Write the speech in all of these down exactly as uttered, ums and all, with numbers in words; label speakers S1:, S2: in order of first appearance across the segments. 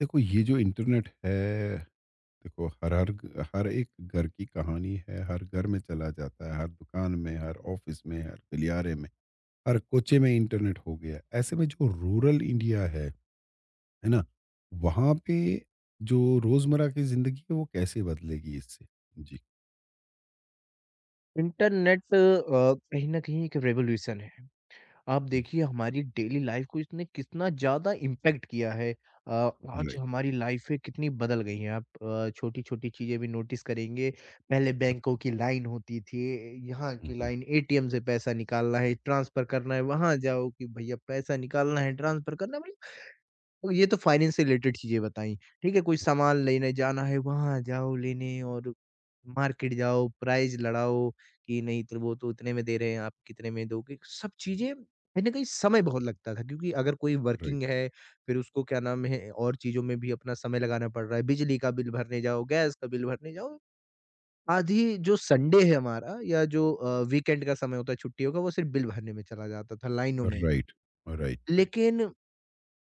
S1: देखो, ये जो इंटरनेट है। देखो, हर हर हर एक घर की कहानी है। हर घर में चला जाता है, हर दुकान में, हर ऑफिस में, हर गलियारे में, हर कोचे में इंटरनेट हो गया। ऐसे में जो रूरल इंडिया है है ना? वहाँ पे जो रोजमर्रा की जिंदगी है वो कैसे बदलेगी इससे? जी।
S2: इंटरनेट अ, कहीं न कहीं एक रेवोल्यूशन है। आप देखिए हमारी डेली लाइफ़ को इसने कितना ज़्यादा इम्पैक्ट किया है। अ,
S1: जी,
S2: आज
S1: राइट।
S2: हमारी लाइफ़ें कितनी बदल गई हैं। आप अ, छोटी-छोटी चीज़ें भी नोटिस करेंगे। पहले बैंकों की लाइन होती थी, यहाँ की
S1: हम्म,
S2: लाइन एटीएम से पैसा निकालना है, ट्रांसफ़र करना है, वहाँ जाओ कि भैया पैसा निकालना है, ट्रांसफ़र करना है। मतलब तो ये तो फाइनेंस से रिलेटेड चीज़ें बताई। ठीक है, कोई सामान लेने जाना है, वहाँ जाओ लेने और मार्केट जाओ, प्राइस लड़ाओ कि नहीं तो वो तो इतने में दे रहे हैं, आप कितने में दोगे? सब चीज़ें कहीं न कहीं समय बहुत लगता था क्योंकि अगर कोई
S1: राइट,
S2: वर्किंग है, फिर उसको क्या नाम है और चीज़ों में भी अपना समय लगाना पड़ रहा है। बिजली का बिल भरने जाओ, गैस का बिल भरने जाओ। आधी जो संडे है हमारा या जो अ, वीकेंड का समय होता है, छुट्टियों का, वो सिर्फ़ बिल भरने में चला जाता था, लाइनों में।
S1: Right, right, right.
S2: लेकिन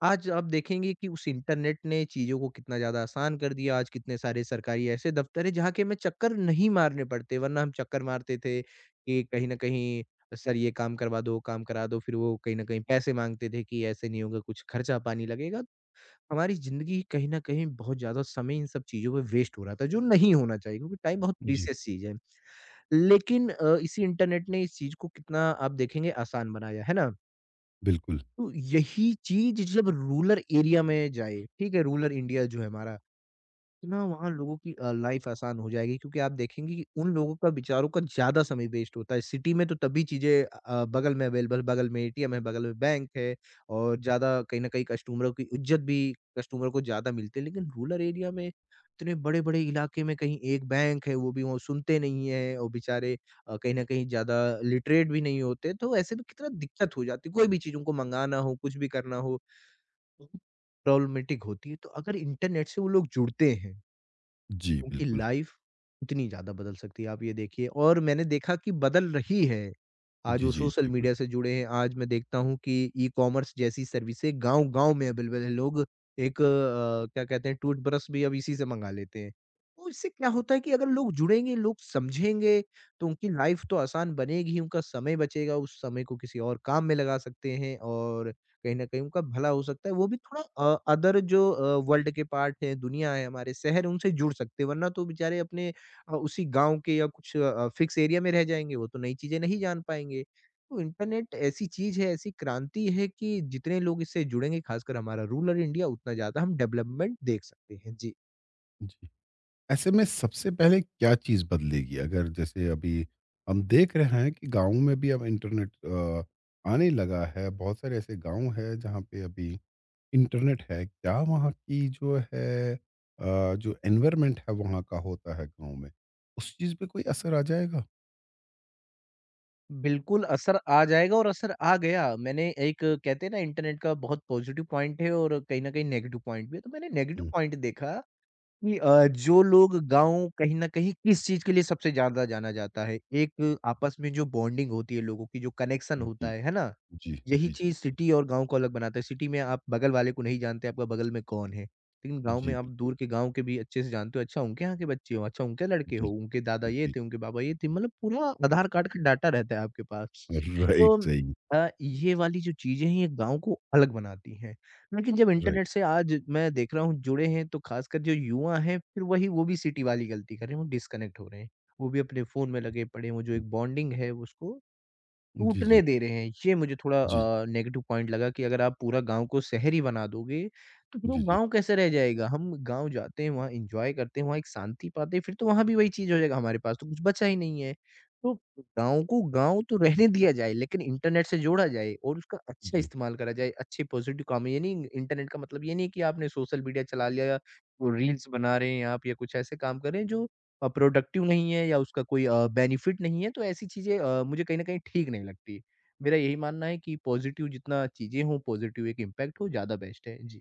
S2: आज आप देखेंगे कि उस इंटरनेट ने चीज़ों को कितना ज़्यादा आसान कर दिया। आज कितने सारे सरकारी ऐसे दफ़्तर हैं जहाँ के हमें चक्कर नहीं मारने पड़ते, वरना हम चक्कर मारते थे कि कहीं न कहीं सर ये काम करवा दो, काम करा दो, फिर वो कहीं न कहीं पैसे माँगते थे कि ऐसे नहीं होगा, कुछ खर्चा-पानी लगेगा। हमारी ज़िंदगी कहीं न कहीं बहुत ज़्यादा समय इन सब चीज़ों पे वेस्ट हो रहा था, जो नहीं होना चाहिए क्योंकि टाइम बहुत
S1: जी,
S2: प्रीशियस चीज़ है। लेकिन अ, इसी इंटरनेट ने इस चीज़ को कितना आप देखेंगे आसान बनाया, है ना?
S1: बिल्कुल।
S2: तो यही चीज़ जब रूरल एरिया में जाए, ठीक है? रूरल इंडिया जो है हमारा, तो ना वहाँ लोगों की अ, लाइफ आसान हो जाएगी क्योंकि आप देखेंगे कि उन लोगों का विचारों का ज़्यादा समय वेस्ट होता है। सिटी में तो तभी चीज़ें अ, बगल में अवेलेबल बगल में एटीएम है, बगल में बैंक है और ज़्यादा कहीं न कहीं कस्टमरों की इज़्ज़त भी कस्टमर को ज़्यादा मिलती है। लेकिन रूरल एरिया में इतने बड़े-बड़े इलाके में कहीं एक बैंक है, वो भी वो सुनते नहीं हैं और बेचारे अ, कहीं न कहीं ज़्यादा लिटरेट भी नहीं होते, तो ऐसे में कितना दिक्कत हो जाती है। कोई भी चीज़ उनको मँगाना हो, कुछ भी करना हो, प्रॉब्लमेटिक होती है। तो अगर इंटरनेट से वो लोग जुड़ते हैं
S1: जी,
S2: उनकी
S1: बिल्कुल।
S2: लाइफ उतनी ज़्यादा बदल सकती है, आप ये देखिए और मैंने देखा कि बदल रही है। आज
S1: जी,
S2: वो
S1: जी,
S2: सोशल
S1: जी, बिल्कुल।
S2: मीडिया से जुड़े हैं, आज मैं देखता हूँ कि ई-कॉमर्स जैसी सर्विसें गाँव-गाँव में अवेलेबल है। लोग एक अ, क्या कहते हैं टूथब्रश भी अब इसी से मँगा लेते हैं। तो इससे क्या होता है कि अगर लोग जुड़ेंगे, लोग समझेंगे तो उनकी लाइफ तो आसान बनेगी ही, उनका समय बचेगा, उस समय को किसी और काम में लगा सकते हैं और कहीं न कहीं उनका भला हो सकता है, वो भी थोड़ा अ, अदर जो अ, वर्ल्ड के पार्ट हैं, दुनिया है हमारे शहर, उनसे जुड़ सकते हैं, वरना तो बेचारे अपने अ, उसी गाँव के या कुछ अ, फिक्स एरिया में रह जाएँगे, वो तो नई चीज़ें नहीं जान पाएँगे। तो इंटरनेट ऐसी चीज़ है, ऐसी क्रांति है कि जितने लोग इससे जुड़ेंगे, खासकर हमारा रूरल इंडिया, उतना ज़्यादा हम डेवलपमेंट देख सकते हैं। जी।
S1: जी। ऐसे में सबसे पहले क्या चीज़ बदलेगी? अगर जैसे अभी हम देख रहे हैं कि गाँव में भी अब इंटरनेट अ, आने लगा है, बहुत सारे ऐसे गाँव हैं जहाँ पे अभी इंटरनेट है। क्या वहाँ की जो है अ, जो एनवायरनमेंट है वहाँ का होता है गाँव में, उस चीज़ पे कोई असर आ जाएगा?
S2: बिल्कुल, असर आ जाएगा और असर आ गया। मैंने एक कहते हैं ना इंटरनेट का बहुत पॉज़िटिव पॉइंट है और कहीं न कहीं नेगेटिव पॉइंट भी है, तो मैंने नेगेटिव
S1: हुँ,
S2: पॉइंट देखा कि अ, जो लोग गाँव कहीं न कहीं किस चीज़ के लिए सबसे ज़्यादा जाना जाता है? एक आपस में जो बॉन्डिंग होती है लोगों की, जो कनेक्शन होता
S1: जी,
S2: है, है ना?
S1: जी,
S2: यही
S1: जी, जी।
S2: चीज़ सिटी और गाँव को अलग बनाता है। सिटी में आप बगल वाले को नहीं जानते, आपका बगल में कौन है। लेकिन गाँव में
S1: जी,
S2: आप
S1: बिल्कुल।
S2: दूर के गाँव के भी अच्छे से जानते हो, अच्छा उनके यहाँ के बच्चे हो, अच्छा उनके लड़के
S1: जी,
S2: हो, उनके दादा
S1: जी,
S2: ये
S1: जी।
S2: थे, उनके बाबा ये थे। मतलब पूरा आधार कार्ड का डाटा रहता है आपके पास।
S1: राइट,
S2: तो
S1: सही,
S2: अ, ये वाली जो चीज़ें हैं, ये गाँव को अलग बनाती हैं। लेकिन जब
S1: राइट।
S2: इंटरनेट से आज मैं देख रहा हूँ जुड़े हैं, तो खासकर जो युवा हैं, फिर वही वो भी सिटी वाली गलती कर रहे हैं, वो डिस्कनेक्ट हो रहे हैं। वो भी अपने फ़ोन में लगे पड़े हैं, वो जो एक बॉन्डिंग है उसको
S1: जी,
S2: टूटने
S1: जी,
S2: दे रहे हैं। ये मुझे थोड़ा
S1: जी,
S2: अ, नेगेटिव पॉइंट लगा कि अगर आप पूरा गाँव को शहर ही बना दोगे, तो फिर वो
S1: जी, जी,
S2: गाँव कैसे रह जाएगा? हम गाँव जाते हैं, वहाँ एन्जॉय करते हैं, वहाँ एक शांति पाते हैं, फिर तो वहाँ भी वही चीज़ हो जाएगा, हमारे पास तो कुछ बचा ही नहीं है। तो गाँव को गाँव तो रहने दिया जाए, लेकिन इंटरनेट से जोड़ा जाए और उसका अच्छा
S1: जी।
S2: इस्तेमाल करा जाए, अच्छे पॉज़िटिव काम में। ये नहीं इंटरनेट का मतलब ये नहीं कि आपने सोशल मीडिया चला लिया या वो रील्स बना रहे हैं आप या कुछ ऐसे काम कर रहे हैं जो अ, प्रोडक्टिव नहीं है या उसका कोई अ, बेनिफिट नहीं है, तो ऐसी चीज़ें अ, मुझे कहीं न कहीं ठीक नहीं लगती। मेरा यही मानना है कि पॉज़िटिव जितना चीज़ें हों, पॉज़िटिव एक इम्पैक्ट हो, ज़्यादा बेस्ट है। जी।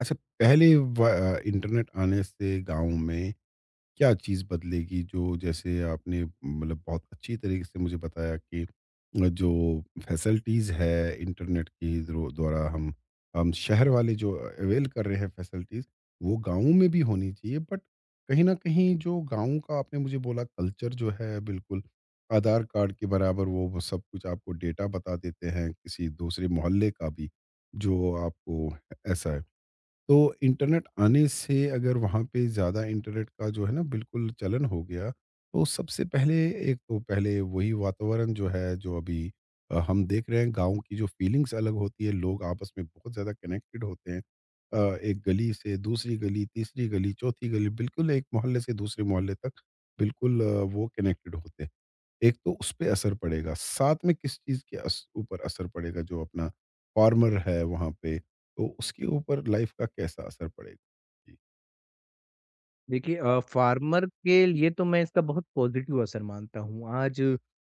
S1: अच्छा, पहले व- अ, इंटरनेट आने से गांव में क्या चीज़ बदलेगी? जो जैसे आपने मतलब बहुत अच्छी तरीके से मुझे बताया कि अ, जो फैसिलिटीज़ है इंटरनेट की द्रो- द्वारा हम हम शहर वाले जो अवेल कर रहे हैं फैसिलिटीज़, वो गाँव में भी होनी चाहिए, बट कहीं ना कहीं जो गाँव का आपने मुझे बोला कल्चर जो है, बिल्कुल आधार कार्ड के बराबर वो वो सब कुछ आपको डेटा बता देते हैं किसी दूसरे मोहल्ले का भी, जो आपको ऐसा है। तो इंटरनेट आने से अगर वहाँ पे ज़्यादा इंटरनेट का जो है ना, बिल्कुल चलन हो गया, तो सबसे पहले एक तो पहले वही वातावरण जो है, जो अभी अ, हम देख रहे हैं गाँव की जो फ़ीलिंग्स अलग होती है, लोग आपस में बहुत ज़्यादा कनेक्टेड होते हैं। अ, एक गली से दूसरी गली, तीसरी गली, चौथी गली, बिल्कुल एक मोहल्ले से दूसरे मोहल्ले तक बिल्कुल अ, वो कनेक्टेड होते हैं। एक तो उस पे असर पड़ेगा, साथ में किस चीज़ के अस ऊपर असर पड़ेगा, जो अपना फार्मर है वहाँ पे, तो उसके ऊपर लाइफ का कैसा असर पड़ेगा? जी,
S2: देखिए अ, फार्मर के लिए तो मैं इसका बहुत पॉज़िटिव असर मानता हूँ। आज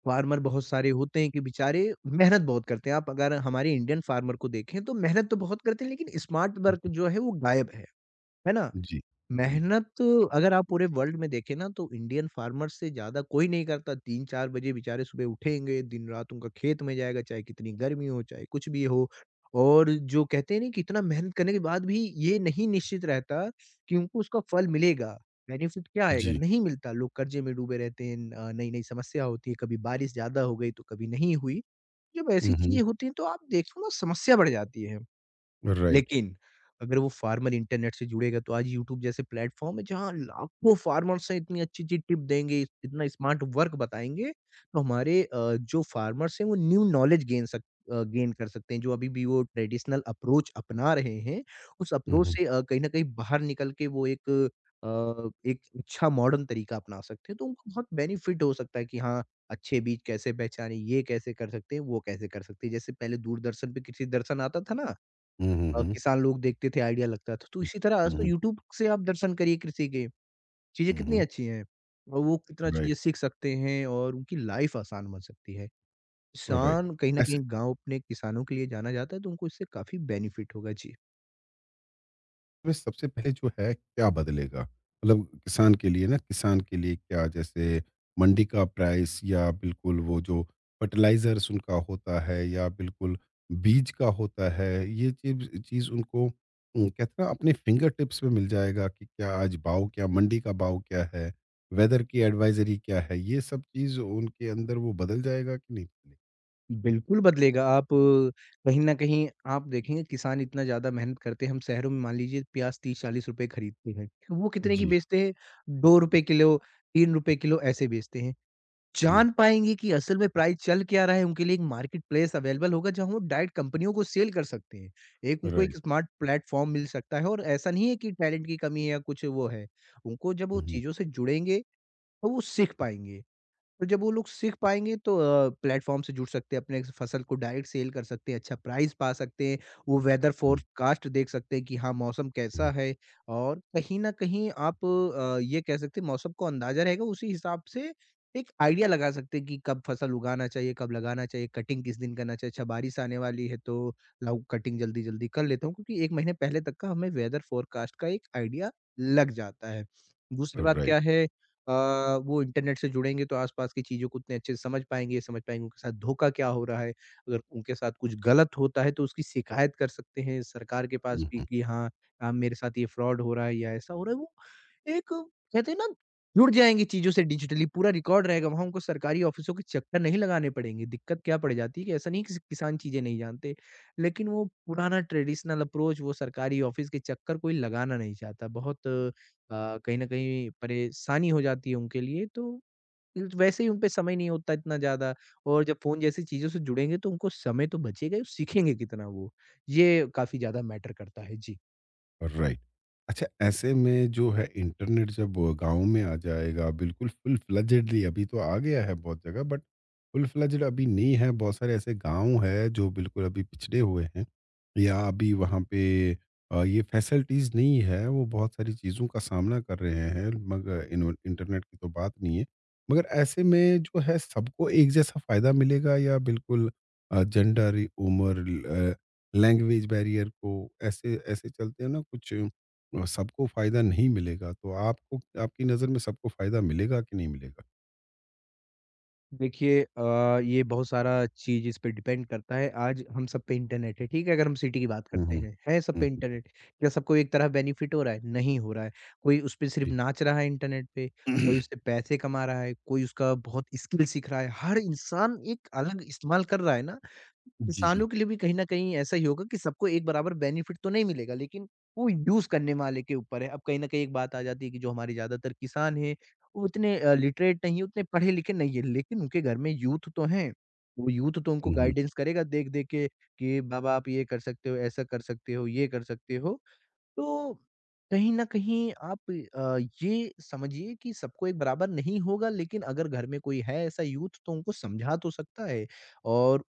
S2: फार्मर बहुत सारे होते हैं कि बेचारे मेहनत बहुत करते हैं। आप अगर हमारे इंडियन फार्मर को देखें, तो मेहनत तो बहुत करते हैं, लेकिन स्मार्ट वर्क
S1: जी,
S2: जो है, वो गायब है। है ना?
S1: जी, जी,
S2: मेहनत अगर आप पूरे वर्ल्ड में देखें ना तो इंडियन फार्मर से ज़्यादा कोई नहीं करता। तीन चार बजे बेचारे सुबह उठेंगे, दिन-रात उनका खेत में जाएगा, चाहे कितनी गर्मी हो, चाहे कुछ भी हो। और जो कहते हैं ना कि इतना मेहनत करने के बाद भी ये नहीं निश्चित रहता कि उनको उसका फल मिलेगा, बेनिफिट क्या आएगा?
S1: जी।
S2: नहीं मिलता। लोग कर्ज़े में डूबे रहते हैं, अ, नई-नई समस्या होती है, कभी बारिश ज़्यादा हो गई तो कभी नहीं हुई। जब ऐसी
S1: हुँ,
S2: चीज़ें
S1: हुँ,
S2: होती हैं तो आप देखो ना समस्या बढ़ जाती है।
S1: राइट।
S2: लेकिन अगर वो फार्मर इंटरनेट से जुड़ेगा तो आज यूट्यूब जैसे प्लेटफॉर्म है जहाँ लाखों फार्मर्स हैं इतनी अच्छी-अच्छी टिप देंगे, इतना स्मार्ट वर्क बताएँगे, तो हमारे अ, जो फार्मर्स हैं वो न्यू नॉलेज गेन सक अ, गेन कर सकते हैं। जो अभी भी वो ट्रेडिशनल अप्रोच अपना रहे हैं, उस
S1: हुँ,
S2: अप्रोच
S1: हुँ,
S2: से अ, कहीं न कहीं बाहर निकल के वो एक अ, एक अच्छा मॉडर्न तरीका अपना सकते हैं, तो उनको बहुत बेनिफिट हो सकता है कि हाँ, अच्छे बीज कैसे पहचानें, ये कैसे कर सकते हैं, वो कैसे कर सकते हैं। जैसे पहले दूरदर्शन पे कृषि दर्शन आता था ना
S1: हुँ, हुँ,
S2: अ,
S1: हुँ,
S2: किसान लोग देखते थे, आइडिया लगता था। तो
S1: हुँ,
S2: इसी तरह आज तो
S1: हुँ,
S2: यूट्यूब से आप दर्शन करिए कृषि के, चीज़ें
S1: हुँ,
S2: कितनी
S1: हुँ,
S2: अच्छी हैं और वो कितना
S1: राइट,
S2: चीज़ें सीख सकते हैं और उनकी लाइफ आसान बन सकती है।
S1: राइट।
S2: किसान कहीं न कहीं
S1: ऐसा
S2: गाँव अपने किसानों के लिए जाना जाता है, तो उनको इससे काफ़ी बेनिफिट होगा। जी।
S1: में सबसे पहले जो है क्या बदलेगा? मतलब किसान के लिए ना, किसान के लिए क्या जैसे मंडी का प्राइस या बिल्कुल वो जो फर्टिलाइज़र्स उनका होता है या बिल्कुल बीज का होता है, ये चीज़ चीज़ उनको उम, कहते हैं ना अपने फिंगर टिप्स पे मिल जाएगा कि क्या आज भाव, क्या मंडी का भाव क्या है? वेदर की एडवाइज़री क्या है? ये सब चीज़ उनके अंदर वो बदल जाएगा कि नहीं? बदलेगा?
S2: बिल्कुल बदलेगा, आप अ, कहीं न कहीं आप देखेंगे किसान इतना ज़्यादा मेहनत करते हैं, हम शहरों में मान लीजिए प्याज़ तीस चालीस रुपए खरीदते हैं, वो कितने की
S1: जी,
S2: बेचते हैं? ₹दो रुपए किलो, ₹तीन रुपए किलो ऐसे बेचते हैं।
S1: जी।
S2: जान पाएँगे कि असल में प्राइस चल क्या रहा है, उनके लिए एक मार्केट प्लेस अवेलेबल होगा जहाँ वो डायरेक्ट कंपनियों को सेल कर सकते हैं। एक उनको एक
S1: राइट।
S2: स्मार्ट प्लेटफ़ॉर्म मिल सकता है और ऐसा नहीं है कि टैलेंट की कमी है या कुछ वो है। उनको जब वो
S1: हुँ, हुँ,
S2: चीज़ों से जुड़ेंगे, तो वो सीख पाएँगे। और जब वो लोग सीख पाएँगे तो अ, प्लेटफ़ॉर्म से जुड़ सकते हैं, अपने फसल को डायरेक्ट सेल कर सकते हैं, अच्छा प्राइस पा सकते हैं, वो वेदर
S1: हुँ,
S2: फ़ोरकास्ट देख सकते हैं कि हाँ, मौसम कैसा
S1: हुँ।
S2: है और कहीं न कहीं आप अ, ये कह सकते हैं मौसम को अंदाज़ा रहेगा उसी हिसाब से एक आइडिया लगा सकते हैं कि कब फसल उगाना चाहिए, कब लगाना चाहिए, कटिंग किस दिन करना चाहिए, अच्छा बारिश आने वाली है तो लाऊँ कटिंग जल्दी-जल्दी कर लेता हूँ क्योंकि एक महीने पहले तक का हमें वेदर फ़ोरकास्ट का एक आइडिया लग जाता है। दूसरी बात
S1: राइट।
S2: क्या है अ, वो इंटरनेट से जुड़ेंगे तो आसपास की चीज़ों को उतने अच्छे से समझ पाएँगे, समझ पाएँगे उनके साथ धोखा क्या हो रहा है। अगर उनके साथ कुछ गलत होता है तो उसकी शिकायत कर सकते हैं सरकार के पास भी
S1: हुँ।
S2: कि हाँ, हाँ, मेरे साथ ये फ्रॉड हो रहा है या ऐसा हो रहा है। वो एक कहते हैं ना जुड़ जाएँगे चीज़ों से डिजिटली पूरा रिकॉर्ड रहेगा वहाँ उनको सरकारी ऑफ़िसों के चक्कर नहीं लगाने पड़ेंगे। दिक्कत क्या पड़ जाती है कि ऐसा नहीं कि किसान चीज़ें नहीं जानते, लेकिन वो पुराना ट्रेडिशनल अप्रोच वो सरकारी ऑफ़िस के चक्कर कोई लगाना नहीं चाहता। बहुत अ, कहीं न कहीं परेशानी हो जाती है उनके लिए, तो ल- वैसे ही उन पे समय नहीं होता इतना ज़्यादा और जब फ़ोन जैसी चीज़ों से जुड़ेंगे तो उनको समय तो बचेगा ही, सीखेंगे कितना वो? ये काफ़ी ज़्यादा मैटर करता है। जी।
S1: राइट। अच्छा, ऐसे में जो है इंटरनेट जब गांव में आ जाएगा बिल्कुल फुल फ्लजेडली, अभी तो आ गया है बहुत जगह, बट फुल फ्लजेड अभी नहीं है, बहुत सारे ऐसे गांव है जो बिल्कुल अभी पिछड़े हुए हैं, या अभी वहाँ पे अ, ये फैसिलिटीज़ नहीं है, वो बहुत सारी चीज़ों का सामना कर रहे हैं, मगर इन्व- इंटरनेट की तो बात नहीं है। मगर ऐसे में जो है सबको एक जैसा फ़ायदा मिलेगा, या बिल्कुल जेंडर, उम्र, लैंग्वेज बैरियर को ऐसे ऐसे चलते हैं ना, कुछ अ, सबको फ़ायदा नहीं मिलेगा, तो आपको, आपकी नज़र में सबको फ़ायदा मिलेगा कि नहीं मिलेगा?
S2: देखिए अ, ये बहुत सारा चीज़ इस पे डिपेंड करता है। आज हम सब पे इंटरनेट है, ठीक है? अगर हम सिटी की बात
S1: हुँ,
S2: करते
S1: हुँ।
S2: हैं, है सब
S1: हुँ,
S2: पे
S1: हुँ।
S2: इंटरनेट। क्या सबको एक तरह बेनिफिट हो रहा है? नहीं हो रहा है। कोई उस पे सिर्फ़
S1: जी।
S2: नाच रहा है इंटरनेट पे, कोई उससे पैसे कमा रहा है, कोई उसका बहुत स्किल सीख रहा है। हर इंसान एक अलग इस्तेमाल कर रहा है ना,
S1: जी,
S2: इंसानों
S1: जी।
S2: के लिए भी कहीं न कहीं ऐसा ही होगा कि सबको एक बराबर बेनिफिट तो नहीं मिलेगा, लेकिन वो यूज़ करने वाले के ऊपर है। अब कहीं न कहीं एक बात आ जाती है कि जो हमारे ज़्यादातर किसान हैं उतने अ, लिटरेट नहीं है, उतने पढ़े-लिखे नहीं है, लेकिन उनके घर में यूथ तो हैं। वो यूथ तो उनको
S1: हुँ, हुँ।
S2: गाइडेंस करेगा देख-देख के कि बाबा आप ये कर सकते हो, ऐसा कर सकते हो, ये कर सकते हो। तो कहीं न कहीं आप अ, ये समझिए कि सबको एक बराबर नहीं होगा लेकिन अगर घर में कोई है ऐसा यूथ तो उनको समझा तो सकता है और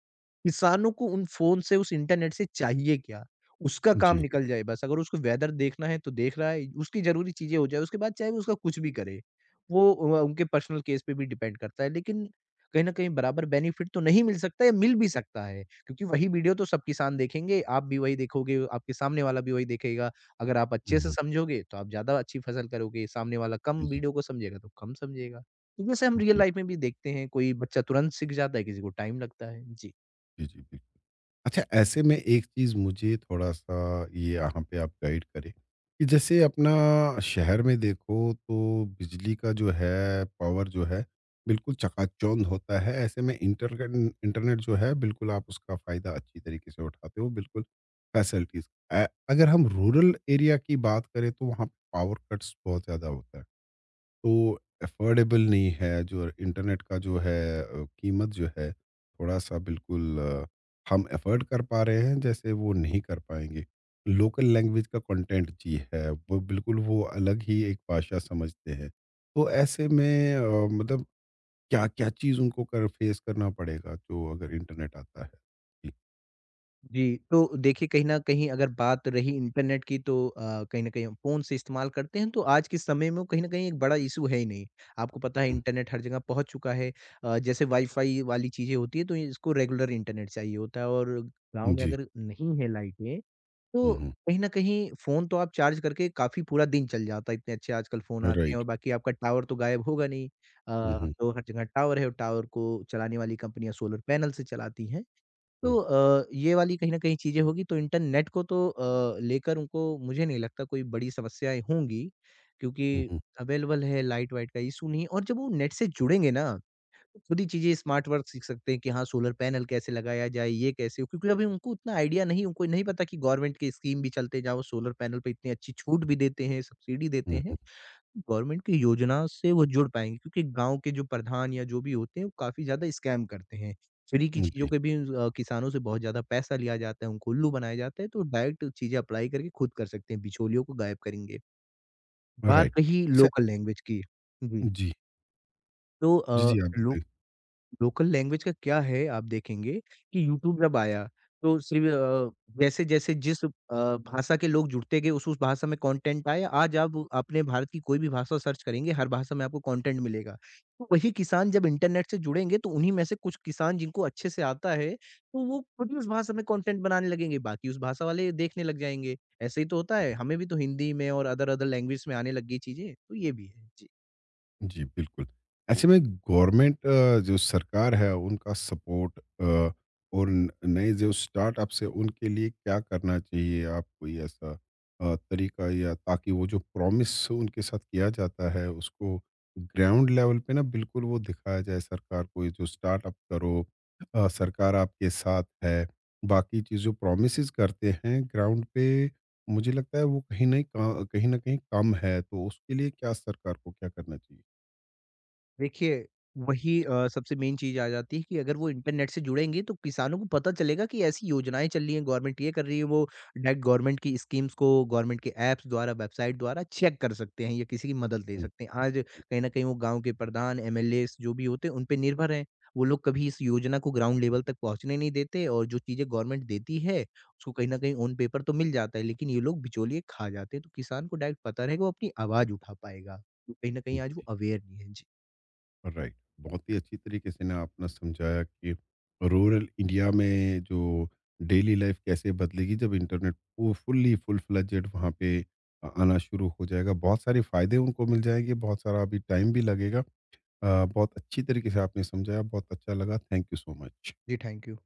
S2: किसानों को उन फ़ोन से, उस इंटरनेट से चाहिए क्या? उसका काम
S1: जी।
S2: निकल जाए बस। अगर उसको वेदर देखना है तो देख रहा है, उसकी ज़रूरी चीज़ें हो जाए, उसके बाद चाहे वो उसका कुछ भी करे। वो अ, उनके पर्सनल केस पे भी डिपेंड करता है। लेकिन कहीं न कहीं बराबर बेनिफिट तो नहीं मिल सकता या मिल भी सकता है, क्योंकि वही वीडियो तो सब किसान देखेंगे, आप भी वही देखोगे, आपके सामने वाला भी वही देखेगा। अगर आप अच्छे
S1: हुँ,
S2: से
S1: हुँ।
S2: समझोगे तो आप ज़्यादा अच्छी फसल करोगे, सामने वाला कम
S1: जी, जी।
S2: वीडियो को समझेगा तो कम समझेगा। तो जैसे हम
S1: जी,
S2: रियल
S1: जी।
S2: लाइफ़ में भी देखते हैं, कोई बच्चा तुरंत सीख जाता है, किसी को टाइम लगता है। जी।
S1: जी, जी, जी। अच्छा, ऐसे में एक चीज़ मुझे थोड़ा-सा ये यहाँ पे आप गाइड करें, कि जैसे अपना शहर में देखो तो बिजली का जो है, पावर जो है, बिल्कुल चकाचौंध होता है। ऐसे में इंटरगन इंटरनेट जो है बिल्कुल आप उसका फ़ायदा अच्छी तरीके से उठाते हो, बिल्कुल फैसिलिटीज़। अ, अगर हम रूरल एरिया की बात करें तो वहाँ पावर कट्स बहुत ज़्यादा होता है। तो अफोर्डेबल नहीं है जो इंटरनेट का जो है अ, कीमत जो है थोड़ा-सा, बिल्कुल अ, हम अफोर्ड कर पा रहे हैं जैसे वो नहीं कर पाएँगे। लोकल लैंग्वेज का कंटेंट जी है, वो बिल्कुल वो अलग ही एक भाषा समझते हैं। तो ऐसे में अ, मतलब क्या-क्या चीज़ उनको कर फेस करना पड़ेगा जो अगर इंटरनेट आता है? जी,
S2: जी, तो देखिए कहीं न कहीं अगर बात रही इंटरनेट की तो अ, कहीं न कहीं हम फ़ोन से इस्तेमाल करते हैं तो आज के समय में वो कहीं न कहीं एक बड़ा इश्यू है ही नहीं। आपको पता है इंटरनेट हर जगह पहुँच चुका है अ, जैसे वाई-फाई वाली चीज़ें होती हैं तो ये- इसको रेगुलर इंटरनेट चाहिए होता है और गाँव
S1: हुँ,
S2: में
S1: जी,
S2: अगर नहीं है लाइटें तो
S1: हुँ,
S2: कहीं न कहीं फ़ोन तो आप चार्ज करके काफ़ी पूरा दिन चल जाता है, इतने अच्छे आजकल फ़ोन
S1: हुँ,
S2: आते हैं और
S1: राइट,
S2: बाकी आपका टावर तो गायब होगा नहीं। अ,
S1: हुँ,
S2: अब
S1: हुँ,
S2: तो हर जगह टावर है और टावर को चलाने वाली कंपनियाँ सोलर पैनल से चलाती हैं। तो
S1: हुँ,
S2: अ, ये वाली कहीं न कहीं चीज़ें होगी तो इंटरनेट को तो अ, लेकर उनको मुझे नहीं लगता कोई बड़ी समस्याएँ होंगी, क्योंकि
S1: हुँ,
S2: अवेलेबल है, लाइट-वाइट का इश्यू नहीं है और जब वो नेट से जुड़ेंगे ना, तो खुद ही चीज़ें स्मार्ट वर्क सीख सकते हैं कि हाँ, सोलर पैनल कैसे लगाया जाए, ये कैसे क्योंकि अभी उनको उतना आइडिया नहीं उनको नहीं पता कि गवर्नमेंट की स्कीम भी चलते हैं, जहाँ वो सोलर पैनल पे इतनी अच्छी छूट भी देते हैं, सब्सिडी देते
S1: हुँ,
S2: हैं।
S1: हुँ,
S2: गवर्नमेंट की योजना से वो जुड़ पाएँगे क्योंकि गाँव के जो प्रधान या जो भी होते हैं, वो काफ़ी ज़्यादा स्कैम करते हैं। फ्री की
S1: हुँ,
S2: चीज़ों
S1: जी,
S2: के भी अ, किसानों से बहुत ज़्यादा पैसा लिया जाता है, उनको उल्लू बनाया जाता है, तो डायरेक्ट चीज़ें अप्लाई करके खुद कर सकते हैं, बिचौलियों को गायब करेंगे। बात
S1: राइट।
S2: रही
S1: अच्छा।
S2: लोकल लैंग्वेज की। जी,
S1: जी,
S2: तो
S1: जी,
S2: अ,
S1: जी, आप
S2: लो
S1: बताइए।
S2: लोकल लैंग्वेज का क्या है, आप देखेंगे कि यूट्यूब जब आया, तो सिर्फ अ, जैसे-जैसे जिस अ, भाषा के लोग जुड़ते गए, उस-उस भाषा में कंटेंट आया। आज आप अपने भारत की कोई भी भाषा सर्च करेंगे, हर भाषा में आपको कंटेंट मिलेगा। तो वही किसान जब इंटरनेट से जुड़ेंगे, तो उन्हीं में से कुछ किसान जिनको अच्छे से आता है, तो वो खुद ही उस भाषा में कंटेंट बनाने लगेंगे, बाकी उस भाषा वाले देखने लग जाएँगे। ऐसे ही तो होता है, हमें भी तो हिंदी में और अदर-अदर लैंग्वेज में आने लग गई चीज़ें, तो ये भी है। जी।
S1: जी, बिल्कुल। ऐसे में गवर्नमेंट, अ, जो सरकार है उनका सपोर्ट, अ, और न नए जो स्टार्टअप्स है उनके लिए क्या करना चाहिए? आप कोई ऐसा अ, तरीका, या ताकि वो जो प्रॉमिस उनके साथ किया जाता है उसको ग्राउंड लेवल पे ना बिल्कुल वो दिखाया जाए, सरकार को ये जो स्टार्टअप करो अ, सरकार आपके साथ है। बाकी चीज़ जो प्रॉमिसेस करते हैं ग्राउंड पे, मुझे लगता है वो कहीं नहीं का, कहीं न कहीं कम है। तो उसके लिए क्या सरकार को क्या करना चाहिए?
S2: देखिए, वही अ, सबसे मेन चीज़ आ जाती है कि अगर वो इंटरनेट से जुड़ेंगे तो किसानों को पता चलेगा कि ऐसी योजनाएँ चल रही हैं, गवर्नमेंट ये कर रही है, वो डायरेक्ट गवर्नमेंट की स्कीम्स को गवर्नमेंट के ऐप्स द्वारा, वेबसाइट द्वारा चेक कर सकते हैं या किसी की मदद ले
S1: हुँ,
S2: सकते हैं। आज कहीं न कहीं वो गाँव के प्रधान, एम एल एज़ जो भी होते हैं, उन पे निर्भर हैं। वो लोग कभी इस योजना को ग्राउंड लेवल तक पहुँचने नहीं देते और जो चीज़ें गवर्नमेंट देती है, उसको कहीं न कहीं ऑन पेपर तो मिल जाता है, लेकिन ये लोग बिचौलिए खा जाते हैं। तो किसान को डायरेक्ट पता रहेगा, वो अपनी आवाज़ उठा पाएगा। तो कहीं न कहीं
S1: हुँ,
S2: आज वो
S1: जी,
S2: अवेयर नहीं है। जी।
S1: राइट। बहुत ही अच्छी तरीके से ना आपने समझाया कि रूरल इंडिया में जो डेली लाइफ कैसे बदलेगी जब इंटरनेट वो फुल्ली फुल फ्लेजेड वहाँ पे अ, आना शुरू हो जाएगा। बहुत सारे फ़ायदे उनको मिल जाएँगे, बहुत सारा अभी टाइम भी लगेगा। अ, बहुत अच्छी तरीके से आपने समझाया, बहुत अच्छा लगा। Thank you so much.
S2: Yes, thank you.